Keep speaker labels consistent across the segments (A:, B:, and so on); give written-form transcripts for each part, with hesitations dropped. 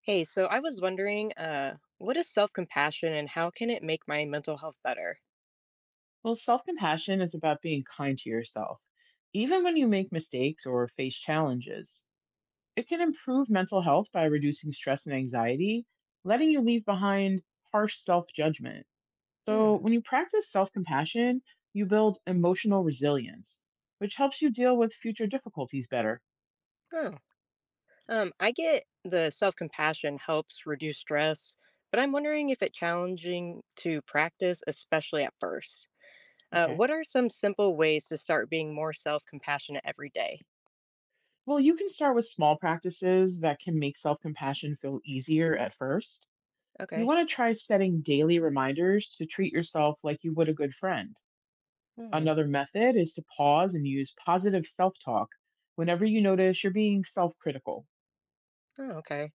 A: Hey, so I was wondering, what is self-compassion and how can it make my mental health better?
B: Well, self compassion is about being kind to yourself. Even when you make mistakes or face challenges, it can improve mental health by reducing stress and anxiety, letting you leave behind harsh self judgment.
A: Hmm.
B: So, when you practice self compassion, you build emotional resilience, which helps you deal with future difficulties better.
A: Oh. I get the self-compassion helps reduce stress, but I'm wondering if it's challenging to practice, especially at first.
B: Okay.
A: What are some simple ways to start being more self-compassionate every day?
B: Well, you can start with small practices that can make self compassion feel easier at first. You
A: Okay.
B: want to try setting daily reminders to treat yourself like you would a good friend.
A: Hmm.
B: Another method is to pause and use positive self talk whenever you notice you're being self critical.
A: Oh, okay.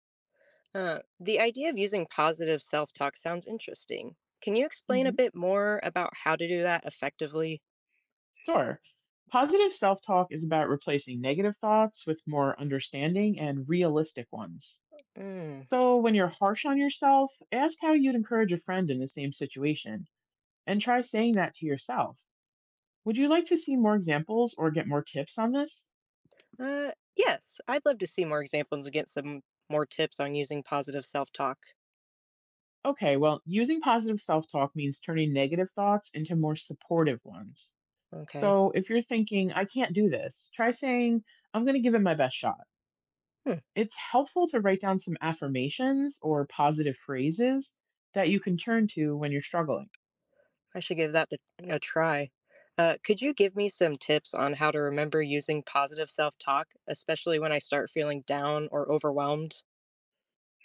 A: The idea of using positive self-talk sounds interesting. Can you explain a
B: Hmm.
A: bit more about how to do that effectively?
B: Sure, positive self talk is about replacing negative thoughts with more understanding and realistic ones. So when you're harsh on yourself, ask how you'd encourage a friend in the same situation and try saying that to yourself. Would you like to see more examples or get more tips on this?
A: Yes, I'd love to see more examples and get some more tips on using positive self talk.
B: Okay, well, using positive self talk means turning negative thoughts into more supportive ones.
A: Okay.
B: So if you're thinking, I can't do this, try saying, I'm going to give it my best shot.
A: Hmm.
B: It's helpful to write down some affirmations or positive phrases that you can turn to when you're struggling.
A: I should give that a try. Could you give me some tips on how to remember using positive self talk, especially when I start feeling down or overwhelmed?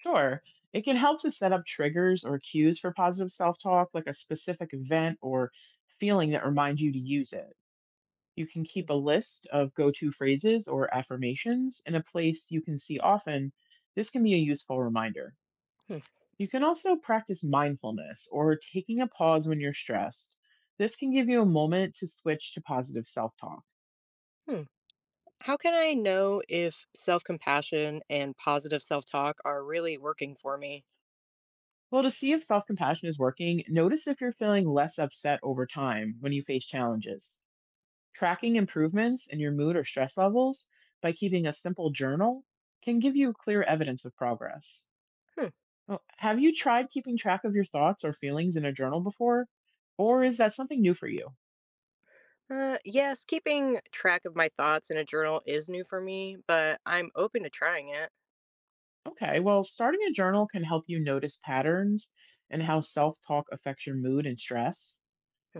B: Sure, it can help to set up triggers or cues for positive self talk, like a specific event or feeling that reminds you to use it. You can keep a list of go to phrases or affirmations in a place you can see often. This can be a useful reminder.
A: Hmm.
B: You can also practice mindfulness or taking a pause when you're stressed. This can give you a moment to switch to positive self talk.
A: Hmm. How can I know if self compassion and positive self talk are really working for me?
B: Well, to see if self compassion is working, notice if you're feeling less upset over time when you face challenges. Tracking improvements in your mood or stress levels by keeping a simple journal can give you clear evidence of progress.
A: Hmm.
B: Well, have you tried keeping track of your thoughts or feelings in a journal before? Or is that something new for you?
A: Yes, keeping track of my thoughts in a journal is new for me, but I'm open to trying it.
B: Okay, well, starting a journal can help you notice patterns and how self talk affects your mood and stress.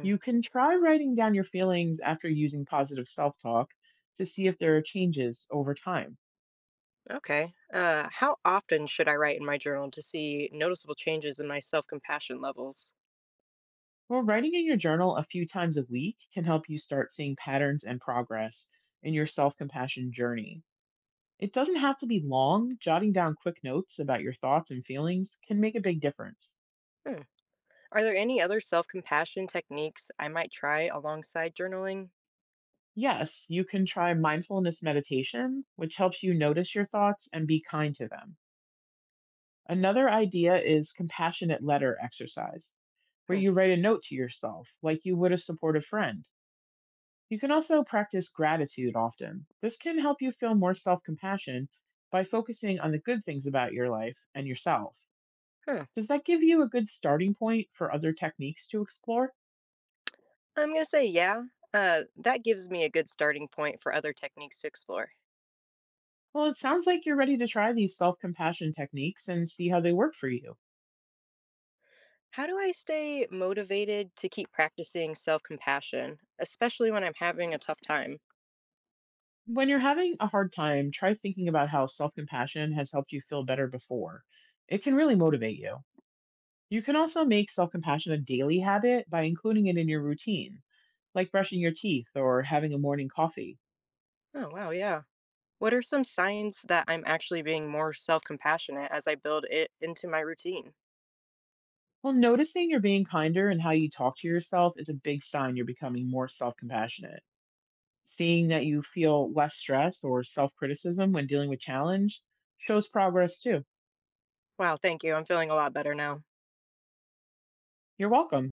B: You can try writing down your feelings after using positive self talk to see if there are changes over time.
A: Okay. How often should I write in my journal to see noticeable changes in my self compassion levels?
B: Well, writing in your journal a few times a week can help you start seeing patterns and progress in your self compassion journey. It doesn't have to be long, jotting down quick notes about your thoughts and feelings can make a big difference.
A: Hmm. Are there any other self compassion techniques I might try alongside journaling?
B: Yes, you can try mindfulness meditation, which helps you notice your thoughts and be kind to them. Another idea is compassionate letter exercise, where
A: Hmm.
B: you write a note to yourself like you would a supportive friend. You can also practice gratitude often. This can help you feel more self compassion by focusing on the good things about your life and yourself.
A: Huh.
B: Does that give you a good starting point for other techniques to explore?
A: I'm going to say yeah. That gives me a good starting point for other techniques to explore.
B: Well, it sounds like you're ready to try these self compassion techniques and see how they work for you.
A: How do I stay motivated to keep practicing self compassion, especially when I'm having a tough time?
B: When you're having a hard time, try thinking about how self compassion has helped you feel better before. It can really motivate you. You can also make self compassion a daily habit by including it in your routine, like brushing your teeth or having a morning coffee.
A: Oh, wow. Yeah. What are some signs that I'm actually being more self compassionate as I build it into my routine?
B: Well, noticing you're being kinder and how you talk to yourself is a big sign you're becoming more self compassionate. Seeing that you feel less stress or self criticism when dealing with challenge shows progress too.
A: Wow, thank you. I'm feeling a lot better now.
B: You're welcome.